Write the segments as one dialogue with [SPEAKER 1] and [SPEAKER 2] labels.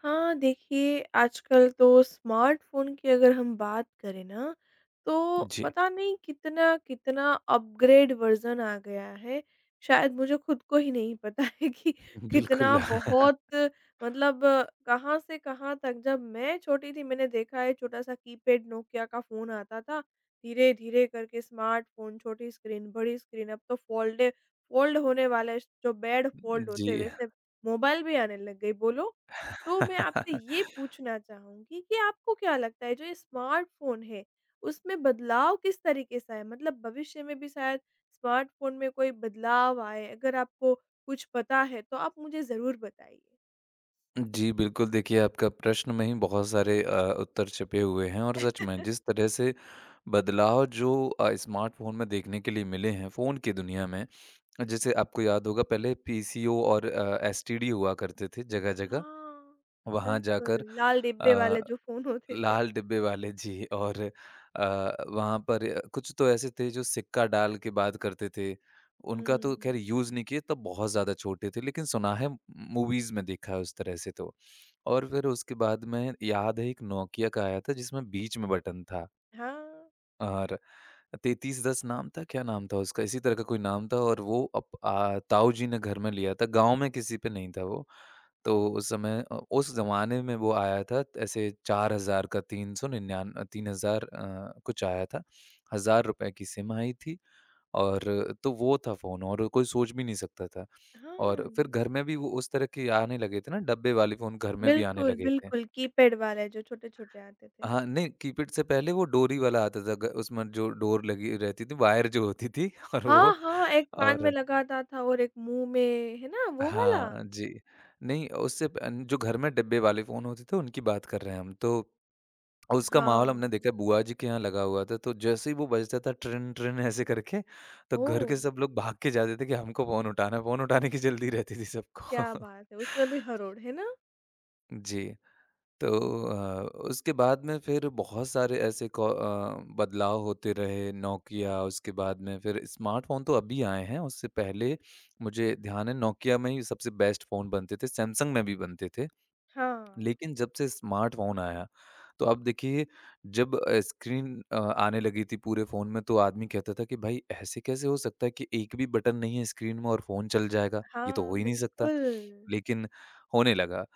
[SPEAKER 1] हाँ, देखिए आजकल तो स्मार्टफ़ोन की अगर हम बात करें ना, तो
[SPEAKER 2] जी,
[SPEAKER 1] पता नहीं कितना-कितना अपग्रेड वर्ज़न आ गया है। शायद मुझे खुद को ही नहीं पता है कि कितना
[SPEAKER 2] बिल्कुल।
[SPEAKER 1] बहुत मतलब कहाँ से कहाँ तक जब मैं छोटी थी मैंने देखा है छोटा-सा कीपैड नोकिया का फ़ोन आता था। धीरे-धीरे करके स्मार्टफ़ोन, छोटी स्क्रीन, बड़ी स्क्रीन अब तो फ़ोल्ड फ़ोल्ड होने वाले जो बेड फ़ोल्ड
[SPEAKER 2] जी।
[SPEAKER 1] होते हैं वैसे मोबाइल भी आने लग गए, बोलो। तो मैं आपसे ये पूछना चाहूँगी कि आपको क्या लगता है जो ये स्मार्टफ़ोन है, उसमें बदलाव किस तरीके से आया? मतलब भविष्य में भी शायद स्मार्टफ़ोन में कोई बदलाव आए, अगर आपको कुछ पता है तो आप मुझे ज़रूर बताइए।
[SPEAKER 2] जी, बिल्कुल, देखिए आपका प्रश्न में ही बहुत सारे उत्तर छिपे हुए हैं और सच में जिस तरह से बदलाव जो स्मार्टफ़ोन में देखने के लिए मिले हैं, फ़ोन की दुनिया में, जैसे आपको याद होगा पहले पीसीओ और एसटीडी हुआ करते थे जगह-जगह।
[SPEAKER 1] हाँ,
[SPEAKER 2] वहाँ
[SPEAKER 1] बिल्कुल,
[SPEAKER 2] जाकर
[SPEAKER 1] लाल डिब्बे
[SPEAKER 2] अ
[SPEAKER 1] वाले जो फ़ोन होते थे।
[SPEAKER 2] लाल डिब्बे वाले जी और वहाँ पर कुछ तो ऐसे थे जो सिक्का डाल के बात करते थे। उनका तो ख़ैर
[SPEAKER 1] हुँ,
[SPEAKER 2] यूज़ नहीं किए तब बहुत ज़्यादा छोटे थे लेकिन सुना है मूवीज़ में देखा है उस तरह से तो। और फिर उसके बाद में याद है एक नोकिया का आया था जिसमें बीच में बटन था
[SPEAKER 1] हाँ,
[SPEAKER 2] और 3310 नाम था, क्या नाम था उसका? इसी तरह का कोई नाम था और वो ताऊ जी ने घर में लिया था, गाँव में किसी पे नहीं था वो। तो उस समय उस ज़माने में वो आया था ऐसे 4000 का 399 3000 कुछ आया था। ₹1000 की सिम आई थी और तो वो था फ़ोन और कोई सोच भी नहीं सकता था। और
[SPEAKER 1] हाँ।
[SPEAKER 2] फिर घर में भी वो उस तरह के आने लगे थे ना डब्बे वाले फ़ोन घर में भी आने
[SPEAKER 1] बिल्कुल,
[SPEAKER 2] लगे थे।
[SPEAKER 1] बिल्कुल, कीपैड वाले जो छोटे-छोटे आते थे।
[SPEAKER 2] हाँ, नहीं कीपैड से पहले वो डोरी वाला आता था ग उसमें जो डोर लगी रहती थी, वायर जो होती थी और
[SPEAKER 1] हाँ,
[SPEAKER 2] वो
[SPEAKER 1] हाँ, एक कान में
[SPEAKER 2] और
[SPEAKER 1] लगाता था और एक मुँह में, है ना वो वाला?
[SPEAKER 2] हाँ जी। नहीं उससे प जो घर में डिब्बे वाले फ़ोन होते थे उनकी बात कर रहे हैं हम तो और उसका
[SPEAKER 1] हाँ,
[SPEAKER 2] माहौल हमने देखा है बुआ जी के यहाँ लगा हुआ था, तो जैसे ही वो बजता था ट्रिन ट्रिन ऐसे करके, तो घर
[SPEAKER 1] ओह!
[SPEAKER 2] के सब लोग भाग के जाते थे कि हमको फ़ोन उठाना है, फ़ोन उठाने की जल्दी रहती थी
[SPEAKER 1] क्या
[SPEAKER 2] सबको।
[SPEAKER 1] बात है! उसमें भी हरोड़, है ना?
[SPEAKER 2] जी, तो अ, उसके बाद में फिर बहुत सारे ऐसे बदलाव होते रहे, नोकिया उसके बाद में फिर स्मार्टफ़ोन तो अभी आए हैं, उससे पहले मुझे ध्यान है नोकिया में ही सबसे बेस्ट फ़ोन बनते थे, सैमसंग में भी बनते थे।
[SPEAKER 1] हाँ।
[SPEAKER 2] लेकिन जब से स्मार्टफ़ोन आया, तो अब देखिए जब स्क्रीन आने लगी थी पूरे फ़ोन में तो आदमी कहता था कि भाई ऐसे कैसे हो सकता है कि एक भी बटन नहीं है स्क्रीन में और फ़ोन चल जाएगा? ये तो
[SPEAKER 1] हाँ,
[SPEAKER 2] हो ही नहीं सकता।
[SPEAKER 1] बिल्कुल।
[SPEAKER 2] लेकिन होने लगा।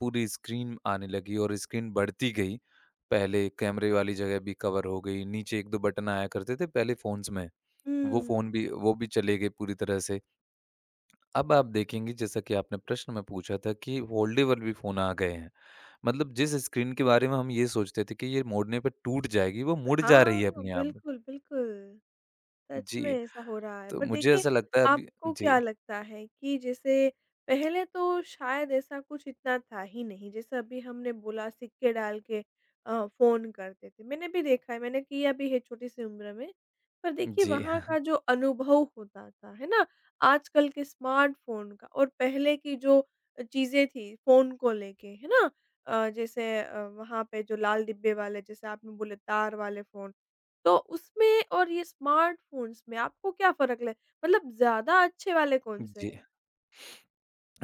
[SPEAKER 2] पूरी स्क्रीन आने लगी और स्क्रीन बढ़ती गई। पहले कैमरे वाली जगह भी कवर हो गई, नीचे 1-2 बटन आया करते थे पहले फ़ोन्स में।
[SPEAKER 1] हुँ।
[SPEAKER 2] वो भी चले गए पूरी तरह से। अब आप देखेंगे जैसा कि आपने प्रश्न में पूछा था कि फोल्डेबल भी फ़ोन आ गए हैं। मतलब जिस स्क्रीन के बारे में हम ये सोचते थे कि ये मोड़ने पे टूट जाएगी, वो मुड़ जा रही
[SPEAKER 1] हाँ,
[SPEAKER 2] है अपने आप में।
[SPEAKER 1] बिल्कुल, बिल्कुल। सच में
[SPEAKER 2] जी,
[SPEAKER 1] ऐसा हो रहा है।
[SPEAKER 2] तो
[SPEAKER 1] पर
[SPEAKER 2] मुझे
[SPEAKER 1] देखिए,
[SPEAKER 2] ऐसा लगता है अभी
[SPEAKER 1] आपको
[SPEAKER 2] जी,
[SPEAKER 1] क्या लगता है कि जैसे पहले तो शायद ऐसा कुछ इतना था ही नहीं, जैसे अभी हमने बोला सिक्के डाल के फ़ोन करते थे। मैंने भी देखा है, मैंने किया भी है छोटी-सी उम्र में। पर देखिए
[SPEAKER 2] जी,
[SPEAKER 1] वहाँ का जो अनुभव होता था, है ना? आजकल के स्मार्टफ़ोन का और पहले की जो चीज़ें थी फ़ोन को लेके, है ना? जैसे वहाँ पे जो लाल डिब्बे वाले जैसे आपने बोले तार वाले फ़ोन तो उसमें और ये स्मार्टफ़ोन्स में आपको क्या फ़र्क लग मतलब ज़्यादा अच्छे वाले कौन-से
[SPEAKER 2] जी।
[SPEAKER 1] हैं?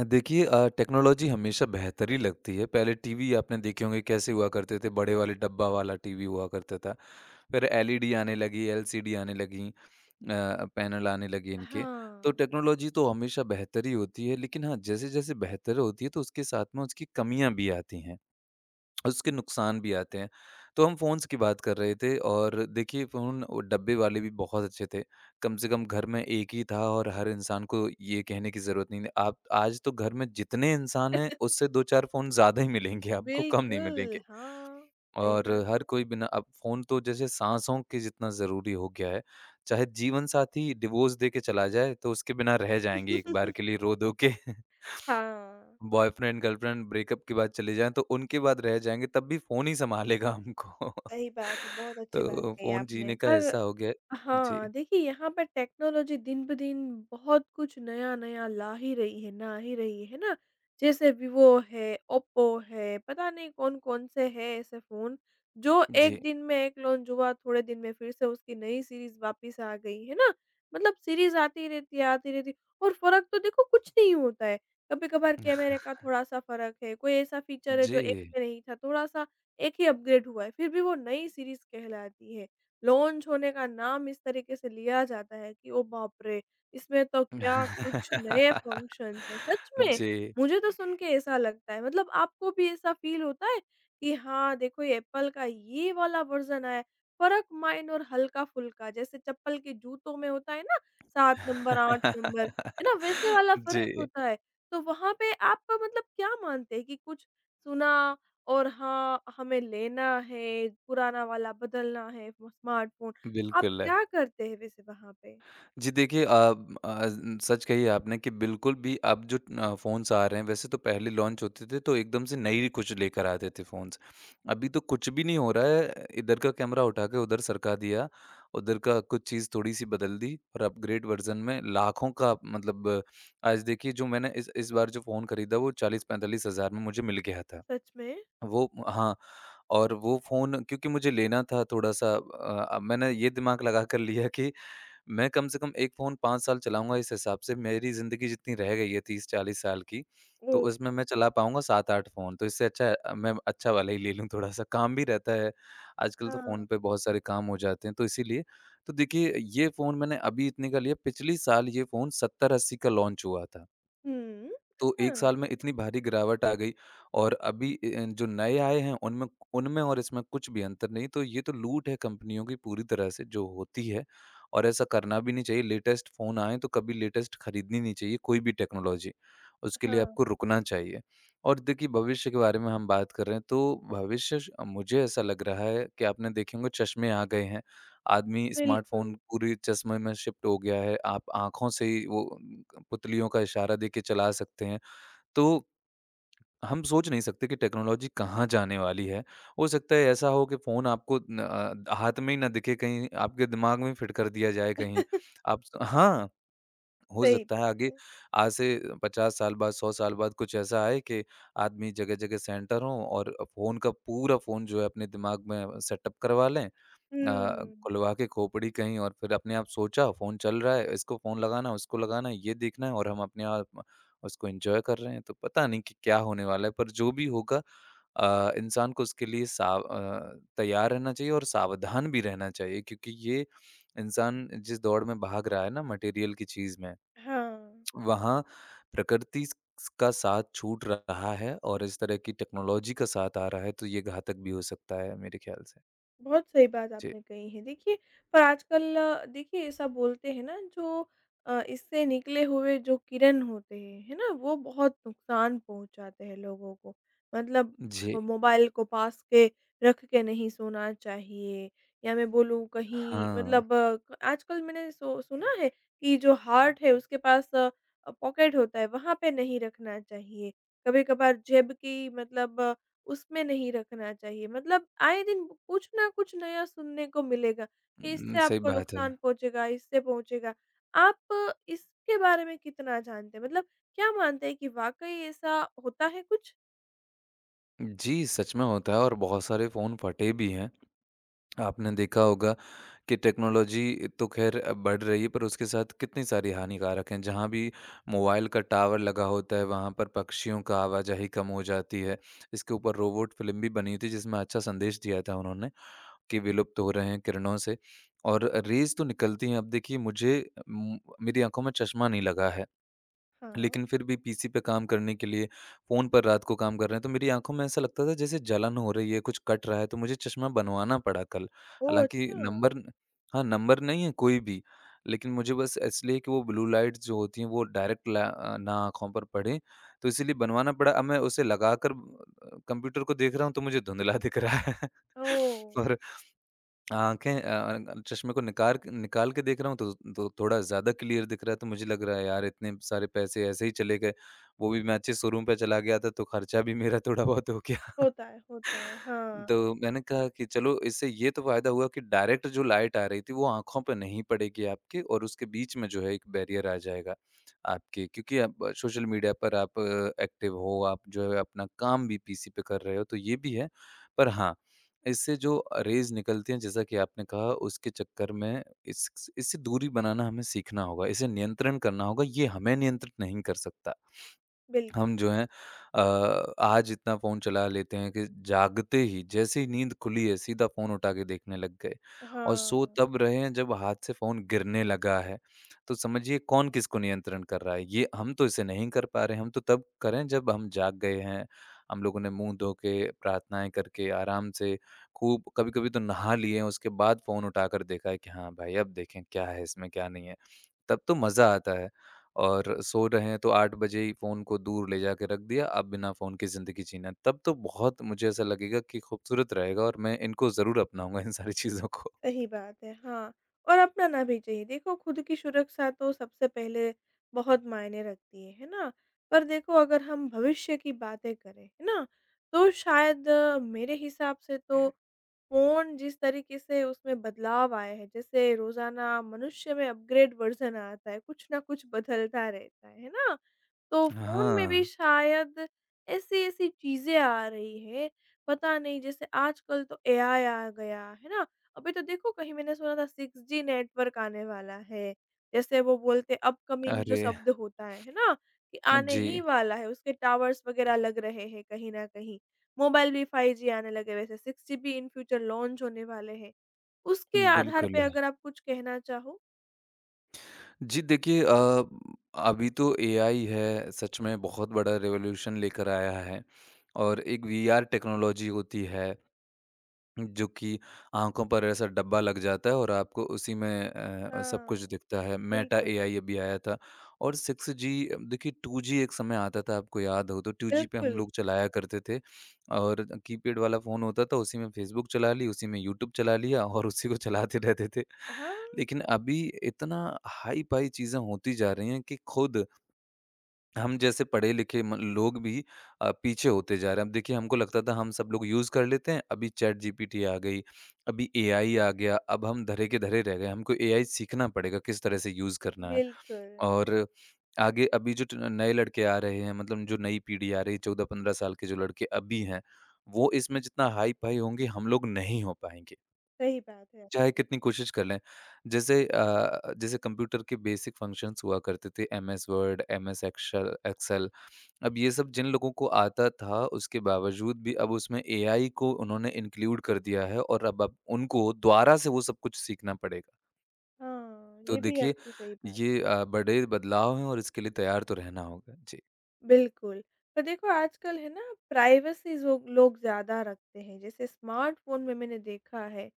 [SPEAKER 2] देखिए टेक्नोलॉजी हमेशा बेहतर ही लगती है। पहले टीवी आपने देखे होंगे कैसे हुआ करते थे, बड़े वाले डब्बा वाला टीवी हुआ करता था। फिर एलईडी आने लगी, एलसीडी आने लगी, पैनल आने लगे इनके। तो
[SPEAKER 1] हाँ,
[SPEAKER 2] टेक्नोलॉजी तो हमेशा बेहतर ही होती है, लेकिन हाँ, जैसे-जैसे बेहतर होती है तो उसके साथ में उसकी कमियाँ भी आती हैं। उसके नुकसान भी आते हैं। तो हम फ़ोन्स की बात कर रहे थे और देखिए फ़ोन वो डब्बे वाले भी बहुत अच्छे थे। कम से कम घर में एक ही था और हर इंसान को ये कहने की ज़रूरत नहीं है आप आज तो घर में जितने इंसान हैं उससे 2-4 फ़ोन ज़्यादा ही मिलेंगे आपको, कम नहीं
[SPEAKER 1] बिल्कुल,
[SPEAKER 2] मिलेंगे।
[SPEAKER 1] हाँ। सही
[SPEAKER 2] और
[SPEAKER 1] बात
[SPEAKER 2] हर कोई बिना अब फ़ोन तो जैसे साँसों के जितना ज़रूरी हो गया है। चाहे जीवन साथी डिवोर्स दे के चला जाए तो उसके बिना रह जाएँगे एक बार के
[SPEAKER 1] है।
[SPEAKER 2] लिए रो-धो के।
[SPEAKER 1] हाँ,
[SPEAKER 2] बॉयफ्रेंड, गर्लफ्रेंड ब्रेकअप की बात चली जाए, तो उनके बाद रह जाएँगे, तब भी फ़ोन ही सँभालेगा हमको।
[SPEAKER 1] सही बात है, बहुत अच्छी बात
[SPEAKER 2] तो
[SPEAKER 1] कही
[SPEAKER 2] फ़ोन
[SPEAKER 1] आपने
[SPEAKER 2] जीने का
[SPEAKER 1] पर
[SPEAKER 2] हिस्सा हो गया है। जी,
[SPEAKER 1] हाँ, देखिए यहाँ पर टेक्नोलॉजी दिन-ब-दिन बहुत कुछ नया-नया ला ही रही है, ना ही रही है ना? जैसे विवो है, ओप्पो है, पता नहीं कौन-कौन से हैं ऐसे फ़ोन जो एक
[SPEAKER 2] जी।
[SPEAKER 1] दिन में एक लॉन्च हुआ, थोड़े दिन में फिर से उसकी नई सीरीज़ वापस आ गई, है ना? मतलब सीरीज़ आती रहती है और फ़र्क तो देखो कुछ नहीं होता है। कभी-कभार कैमरे का थोड़ा-सा फ़र्क है, कोई ऐसा फ़ीचर है जो एक
[SPEAKER 2] जी।
[SPEAKER 1] में नहीं था, थोड़ा-सा एक ही अपग्रेड हुआ है, फिर भी वो नई सीरीज़ कहलाती है। लॉन्च होने का नाम इस तरीके से लिया जाता है कि ओ बाप रे! इसमें तो क्या कुछ नए फंक्शन्स हैं। सच में,
[SPEAKER 2] जी।
[SPEAKER 1] मुझे तो सुन के ऐसा लगता है। मतलब आपको भी ऐसा फ़ील होता है कि हाँ, देखो ये एप्पल का ये वाला वर्ज़न आया है, फ़र्क माइन्ड और हल्का-फुल्का जैसे चप्पल के जूतों में होता है ना 7 नंबर, 8 नंबर, है ना? वैसे वाला फ़र्क
[SPEAKER 2] जी,
[SPEAKER 1] होता है। तो वहाँ पे आप मतलब क्या मानते हैं कि कुछ सुना और हाँ, हमें लेना है, पुराना वाला बदलना है वो स्मार्टफ़ोन। आप
[SPEAKER 2] बिल्कुल।
[SPEAKER 1] क्या करते हैं वैसे वहाँ पे?
[SPEAKER 2] जी देखिए अब सच कही आपने कि बिल्कुल भी अब जो फ़ोन्स आ रहे हैं वैसे तो पहले लॉन्च होते थे तो एकदम से नई कुछ लेकर आते थे फ़ोन्स। अभी तो कुछ भी नहीं हो रहा है इधर का कैमरा उठा के उधर सरका दिया, उधर का कुछ चीज़ थोड़ी-सी बदल दी और अपग्रेड वर्ज़न में लाखों का मतलब आज देखिए जो मैंने इस बार जो फ़ोन खरीदा वो 40-45 हज़ार में मुझे मिल गया था।
[SPEAKER 1] सच में?
[SPEAKER 2] वो हाँ, और वो फ़ोन क्योंकि मुझे लेना था थोड़ा-सा मैंने ये दिमाग लगा कर लिया कि मैं कम से कम 1 फ़ोन 5 साल चलाऊँगा इस हिसाब से मेरी ज़िंदगी जितनी रह गई है 30-40 साल की, तो
[SPEAKER 1] ओह!
[SPEAKER 2] उसमें मैं चला पाऊँगा 7-8 फ़ोन तो इससे अच्छा है मैं अच्छा वाला ही ले लूँ थोड़ा-सा काम भी रहता है। आजकल तो फ़ोन
[SPEAKER 1] हाँ।
[SPEAKER 2] पे बहुत सारे काम हो जाते हैं तो इसीलिए तो देखिए ये फ़ोन मैंने अभी इतने का लिया पिछली साल ये फ़ोन 70-80 का लॉन्च हुआ था।
[SPEAKER 1] हुँ।
[SPEAKER 2] तो 1
[SPEAKER 1] अच्छा।
[SPEAKER 2] साल में इतनी भारी गिरावट आ गई और अभी ए ए, जो नए आए हैं उनमें उनमें और इसमें कुछ भी अंतर नहीं, तो ये तो लूट है कंपनियों की पूरी तरह से जो होती है और ऐसा करना भी नहीं चाहिए। लेटेस्ट फ़ोन आएँ तो कभी लेटेस्ट खरीदनी नहीं चाहिए कोई भी टेक्नोलॉज़ी, उसके लिए
[SPEAKER 1] हाँ,
[SPEAKER 2] आपको रुकना चाहिए। और देखिए भविष्य के बारे में हम बात कर रहे हैं, तो भविष्य श मुझे ऐसा लग रहा है कि आपने देखे होंगे चश्मे आ गए हैं, आदमी
[SPEAKER 1] बिल्कुल,
[SPEAKER 2] स्मार्टफ़ोन पूरे चश्मे में शिफ्ट हो गया है, आप आँखों से ही वो पुतलियों का इशारा देके चला सकते हैं। तो हम सोच नहीं सकते कि टेक्नोलॉजी कहाँ जाने वाली है। हो सकता है ऐसा हो कि फ़ोन आपको न अ, हाथ में ही ना दिखे कहीं आपके दिमाग में फिट कर दिया जाए कहीं। आप हाँ, हो
[SPEAKER 1] सही
[SPEAKER 2] सकता है
[SPEAKER 1] बात
[SPEAKER 2] आगे
[SPEAKER 1] है।
[SPEAKER 2] आज से 50 साल बाद, 100 साल बाद कुछ ऐसा आए कि आदमी जगह-जगह सेंटर हों और फ़ोन का पूरा फ़ोन जो है अपने दिमाग में सेटअप करवा लें
[SPEAKER 1] हुँ।
[SPEAKER 2] खुलवा के खोपड़ी कहीं और फिर अपने आप सोचा फ़ोन चल रहा है, इसको फ़ोन लगाना है, उसको लगाना है, ये देखना है और हम अपने आप उसको एन्जॉय कर रहे हैं। तो पता नहीं कि क्या होने वाला है, पर जो भी होगा इंसान को उसके लिए तैयार रहना चाहिए और सावधान भी रहना चाहिए क्योंकि ये इंसान जिस दौड़ में भाग रहा है ना मटेरियल की चीज़ में,
[SPEAKER 1] हाँ।
[SPEAKER 2] वहाँ प्रकृति स का साथ छूट रहा है और इस तरह की टेक्नोलॉजी का साथ आ रहा है, तो ये घातक भी हो सकता है मेरे ख्याल से।
[SPEAKER 1] बहुत सही बात
[SPEAKER 2] जी।
[SPEAKER 1] आपने कही है। देखिए, पर आजकल देखिए ऐसा बोलते हैं ना जो इससे निकले हुए जो किरण होते हैं, है ना? वो बहुत नुकसान पहुँचाते हैं लोगों को। मतलब
[SPEAKER 2] जी।
[SPEAKER 1] मोबाइल को पास के रख के नहीं सोना चाहिए या मैं बोलूँ कहीं
[SPEAKER 2] हाँ,
[SPEAKER 1] मतलब आजकल मैंने सुना है कि जो हार्ट है उसके पास पॉकेट होता है, वहाँ पे नहीं रखना चाहिए। कभी-कभार जेब की मतलब उसमें नहीं रखना चाहिए। मतलब आए दिन कुछ न कुछ नया सुनने को मिलेगा कि इससे
[SPEAKER 2] सही
[SPEAKER 1] आपको
[SPEAKER 2] बात है।
[SPEAKER 1] नुकसान पहुँचेगा, इससे पहुँचेगा। आप इसके बारे में कितना जानते हैं? मतलब क्या मानते हैं कि वाक़ई ऐसा होता है कुछ?
[SPEAKER 2] जी, सच में होता है और बहुत सारे फ़ोन फटे भी हैं। आपने देखा होगा कि टेक्नोलॉजी तो ख़ैर बढ़ रही है पर उसके साथ कितनी सारी हानिकारक हैं। जहाँ भी मोबाइल का टावर लगा होता है वहाँ पर पक्षियों का आवाजाही कम हो जाती है। इसके ऊपर रोबोट फ़िल्म भी बनी थी जिसमें अच्छा संदेश दिया था उन्होंने कि विलुप्त हो रहे हैं किरणों से और रेज़ तो निकलती हैं। अब देखिए मुझे उम, मेरी आँखों में चश्मा नहीं लगा है।
[SPEAKER 1] हाँ।
[SPEAKER 2] लेकिन फिर भी पीसी पे काम करने के लिए फ़ोन पर रात को काम कर रहे हैं, तो मेरी आँखों में ऐसा लगता था जैसे जलन हो रही है, कुछ कट रहा है, तो मुझे चश्मा बनवाना पड़ा कल।
[SPEAKER 1] ओह!
[SPEAKER 2] हालाँकि
[SPEAKER 1] अच्छा।
[SPEAKER 2] नंबर हाँ, नंबर नहीं है कोई भी, लेकिन मुझे बस इसलिए कि वो ब्लू लाइट्स जो होती हैं, वो डायरेक्ट ना आँखों पर पड़े, तो इसीलिए बनवाना पड़ा। अब मैं उसे लगाकर कंप्यूटर को देख रहा हूँ, तो मुझे धुंधला दिख रहा है
[SPEAKER 1] ओह!
[SPEAKER 2] और आँखें अ चश्मे को निकार निकाल के देख रहा हूँ तो थोड़ा ज़्यादा क्लियर दिख रहा है, तो मुझे लग रहा है यार इतने सारे पैसे ऐसे ही चले गए। वो भी मैं अच्छे शोरूम पे चला गया था तो खर्चा भी मेरा थोड़ा बहुत हो गया।
[SPEAKER 1] होता है, होता है। हाँ,
[SPEAKER 2] तो मैंने कहा कि चलो इससे ये तो फ़ायदा हुआ कि डायरेक्ट जो लाइट आ रही थी, वो आँखों पे नहीं पड़ेगी आपके और उसके बीच में जो है एक बैरियर आ जाएगा आपके क्योंकि आप सोशल मीडिया पर आप एक्टिव हो, आप जो है अपना काम भी पीसी पे कर रहे हो, तो ये भी है। पर हाँ, इससे जो रेज़ निकलती हैं जैसा कि आपने कहा उसके चक्कर में इस इससे दूरी बनाना हमें सीखना होगा, इसे नियंत्रण करना होगा, ये हमें नियंत्रित नहीं कर सकता।
[SPEAKER 1] बिल
[SPEAKER 2] हम जो हैं आज इतना फ़ोन चला लेते हैं कि जागते ही जैसे ही नींद खुली है सीधा फ़ोन उठा के देखने लग गए और सो
[SPEAKER 1] हाँ।
[SPEAKER 2] तब रहे हैं जब हाथ से फ़ोन गिरने लगा है। तो समझिए कौन किसको नियंत्रण कर रहा है? ये हम तो इसे नहीं कर पा रहे हैं, हम तो तब करें जब हम जाग गए हैं। हम लोगों ने मुँह धो के, प्रार्थनाएँ करके, आराम से खूब कभी-कभी तो नहा लिए हैं उसके बाद फ़ोन उठाकर देखा है कि हाँ भाई अब देखें क्या है इसमें क्या नहीं है। तब तो मज़ा आता है और सो रहे हैं तो 8 बजे ही फ़ोन को दूर ले जाके रख दिया, अब बिना फ़ोन के ज़िंदगी जीना। तब तो बहुत मुझे ऐसा लगेगा कि खूबसूरत रहेगा और मैं इनको ज़रूर अपनाऊँगा इन सारी चीज़ों को।
[SPEAKER 1] सही बात है, हाँ। और अपनाना भी चाहिए। देखो खुद की सुरक्षा तो सबसे पहले बहुत मायने रखती है ना? पर देखो अगर हम भविष्य की बातें करें, है ना? तो शायद मेरे हिसाब से तो फ़ोन जिस तरीके से उसमें बदलाव आए हैं, जैसे रोज़ाना मनुष्य में अपग्रेड वर्ज़न आता है, कुछ ना कुछ बदलता रहता है ना? तो फ़ोन में भी
[SPEAKER 2] हाँ,
[SPEAKER 1] शायद ऐसी-ऐसी चीज़ें आ रही हैं, पता नहीं जैसे आजकल तो एआई आ गया, है ना? अभी तो देखो कहीं मैंने सुना था 6G नेटवर्क आने वाला है, जैसे वो बोलते अपकमिंग जो
[SPEAKER 2] अरे!
[SPEAKER 1] शब्द होता है ना? कि आने ही
[SPEAKER 2] जी,
[SPEAKER 1] वाला है, उसके टावर्स वग़ैरह लग रहे हैं कहीं न कहीं। मोबाइल भी 5G आने लगे, वैसे 6 जीबी इन फ्यूचर लॉन्च होने वाले हैं। उसके आधार पे
[SPEAKER 2] बिल्कुल।
[SPEAKER 1] अगर आप कुछ कहना चाहो?
[SPEAKER 2] जी, देखिए अभी तो एआई है, सच में बहुत बड़ा रिवॉल्यूशन लेकर आया है और एक वीआर टेक्नोलॉजी होती है जो कि आँखों पर ऐसा डब्बा लग जाता है और आपको उसी में सब कुछ
[SPEAKER 1] हाँ,
[SPEAKER 2] दिखता है। मेटा
[SPEAKER 1] बिल्कुल,
[SPEAKER 2] एआई अभी आया था और 6G देखिए 2G एक समय आता था आपको याद हो तो 2G पे हम
[SPEAKER 1] बिल्कुल।
[SPEAKER 2] लोग चलाया करते थे और कीपैड वाला फ़ोन होता था उसी में फ़ेसबुक चला ली, उसी में यूट्यूब चला लिया और उसी को चलाते रहते थे।
[SPEAKER 1] हाँ,
[SPEAKER 2] लेकिन अभी इतना हाई-फ़ाई चीज़ें होती जा रही हैं कि खुद हम जैसे पढ़े-लिखे म लोग भी पीछे होते जा रहे हैं। अब देखिए हमको लगता था हम सब लोग यूज़ कर लेते हैं, अभी चैटजीपीटी आ गई, अभी एआई आ गया, अब हम धरे के धरे रह गए। हमको एआई सीखना पड़ेगा किस तरह से यूज़ करना है।
[SPEAKER 1] बिल्कुल,
[SPEAKER 2] और आगे अभी जो ट नए लड़के आ रहे हैं मतलब जो नई पीढ़ी आ रही है 14-15 साल के जो लड़के अभी हैं, वो इसमें जितना हाई-फाई होंगे हम लोग नहीं हो पाएँगे,
[SPEAKER 1] सही बात है
[SPEAKER 2] चाहे
[SPEAKER 1] आपकी।
[SPEAKER 2] कितनी कोशिश कर लें। जैसे जैसे कंप्यूटर के बेसिक फंक्शंस हुआ करते थे MS Word, MS excel Excel अब ये सब जिन लोगों को आता था, उसके बावजूद भी अब उसमें एआई को उन्होंने इंक्लूड कर दिया है और अब उनको दोबारा से वो सब कुछ सीखना पड़ेगा।
[SPEAKER 1] हाँ,
[SPEAKER 2] तो
[SPEAKER 1] ये भी
[SPEAKER 2] देखिए
[SPEAKER 1] आपकी सही बात है।
[SPEAKER 2] ये बड़े बदलाव हैं और इसके लिए तैयार तो रहना होगा। जी।
[SPEAKER 1] बिल्कुल। पर देखो आजकल है ना प्राइवेसी ज़ो लोग ज़्यादा रखते हैं, जैसे स्मार्टफ़ोन में मैंने देखा है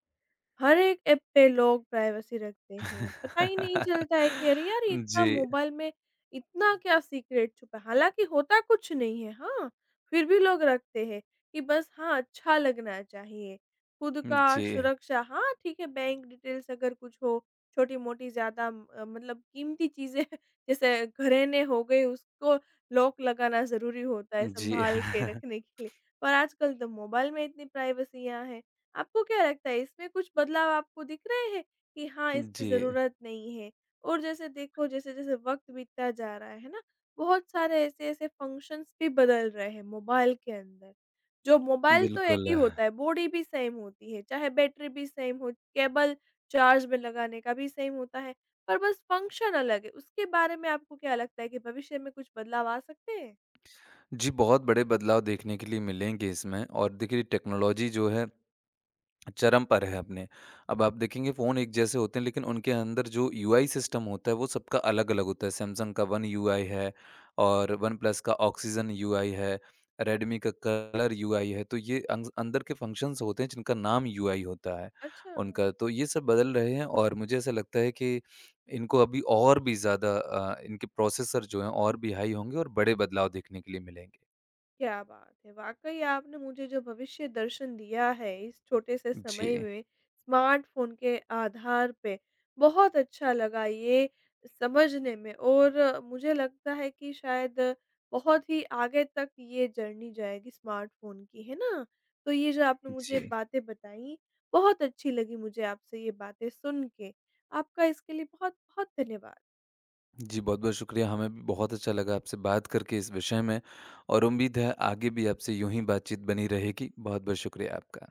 [SPEAKER 1] हर एक ऐप पे लोग प्राइवेसी रखते हैं। पता ही नहीं चलता है कि अरे यार इतना
[SPEAKER 2] जी।
[SPEAKER 1] मोबाइल में इतना क्या सीक्रेट छुपा है? हालाँकि होता कुछ नहीं है, हाँ, फिर भी लोग रखते हैं कि बस हाँ, अच्छा लगना चाहिए। खुद का
[SPEAKER 2] जी।
[SPEAKER 1] सुरक्षा हाँ, ठीक है बैंक डिटेल्स अगर कुछ हो, छोटी-मोटी ज़्यादा मतलब कीमती चीज़ें जैसे घरेने हो गए उसको लॉक लगाना ज़रूरी होता है
[SPEAKER 2] जी।
[SPEAKER 1] सँभाल के रखने के लिए। पर आजकल तो मोबाइल में इतनी प्राइवेसियाँ हैं। आपको क्या लगता है इसमें कुछ बदलाव आपको दिख रहे हैं कि हाँ, इसकी
[SPEAKER 2] जी,
[SPEAKER 1] ज़रूरत नहीं है? और जैसे देखो जैसे-जैसे वक़्त बीतता जा रहा है ना, बहुत सारे ऐसे-ऐसे फ़ंक्शंस भी बदल रहे हैं मोबाइल के अंदर। जो मोबाइल तो एक
[SPEAKER 2] बिल्कुल।
[SPEAKER 1] ही होता है, बॉडी भी सेम होती है, चाहे बैटरी भी सेम हो, केबल चार्ज में लगाने का भी सेम होता है, पर बस फ़ंक्शन अलग है। उसके बारे में आपको क्या लगता है कि भविष्य में कुछ बदलाव आ सकते हैं?
[SPEAKER 2] जी, बहुत बड़े बदलाव देखने के लिए मिलेंगे इसमें और देखिए टेक्नोलॉज़ी जो है चरम पर है अपने। अब आप देखेंगे फ़ोन एक जैसे होते हैं लेकिन उनके अंदर जो यूआई सिस्टम होता है वो सबका अलग-अलग होता है। सैमसंग का वन यूआई है और वन प्लस का ऑक्सीजन यूआई है, रेडमी का कलर यूआई है। तो ये अंग अंदर के फ़ंक्शंस होते हैं जिनका नाम यूआई होता है
[SPEAKER 1] अच्छा।
[SPEAKER 2] उनका। तो ये सब बदल रहे हैं और मुझे ऐसा लगता है कि इनको अभी और भी ज़्यादा इनके प्रोसेसर जो हैं और भी हाई होंगे और बड़े बदलाव देखने के लिए मिलेंगे।
[SPEAKER 1] क्या बात है! वाक़ई आपने मुझे जो भविष्य दर्शन दिया है इस छोटे से समय
[SPEAKER 2] जी,
[SPEAKER 1] में स्मार्टफ़ोन के आधार पे, बहुत अच्छा लगा ये समझने में और मुझे लगता है कि शायद बहुत ही आगे तक ये जर्नी जाएगी स्मार्टफ़ोन की, है ना? तो ये जो आपने मुझे
[SPEAKER 2] जी।
[SPEAKER 1] बातें बताई, बहुत अच्छी लगी मुझे आपसे ये बातें सुन के। आपका इसके लिए बहुत-बहुत धन्यवाद।
[SPEAKER 2] जी, बहुत-बहुत शुक्रिया। हमें भी बहुत अच्छा लगा आपसे बात करके इस विषय में और उम्मीद है आगे भी आपसे यूँ ही बातचीत बनी रहेगी। बहुत-बहुत शुक्रिया आपका।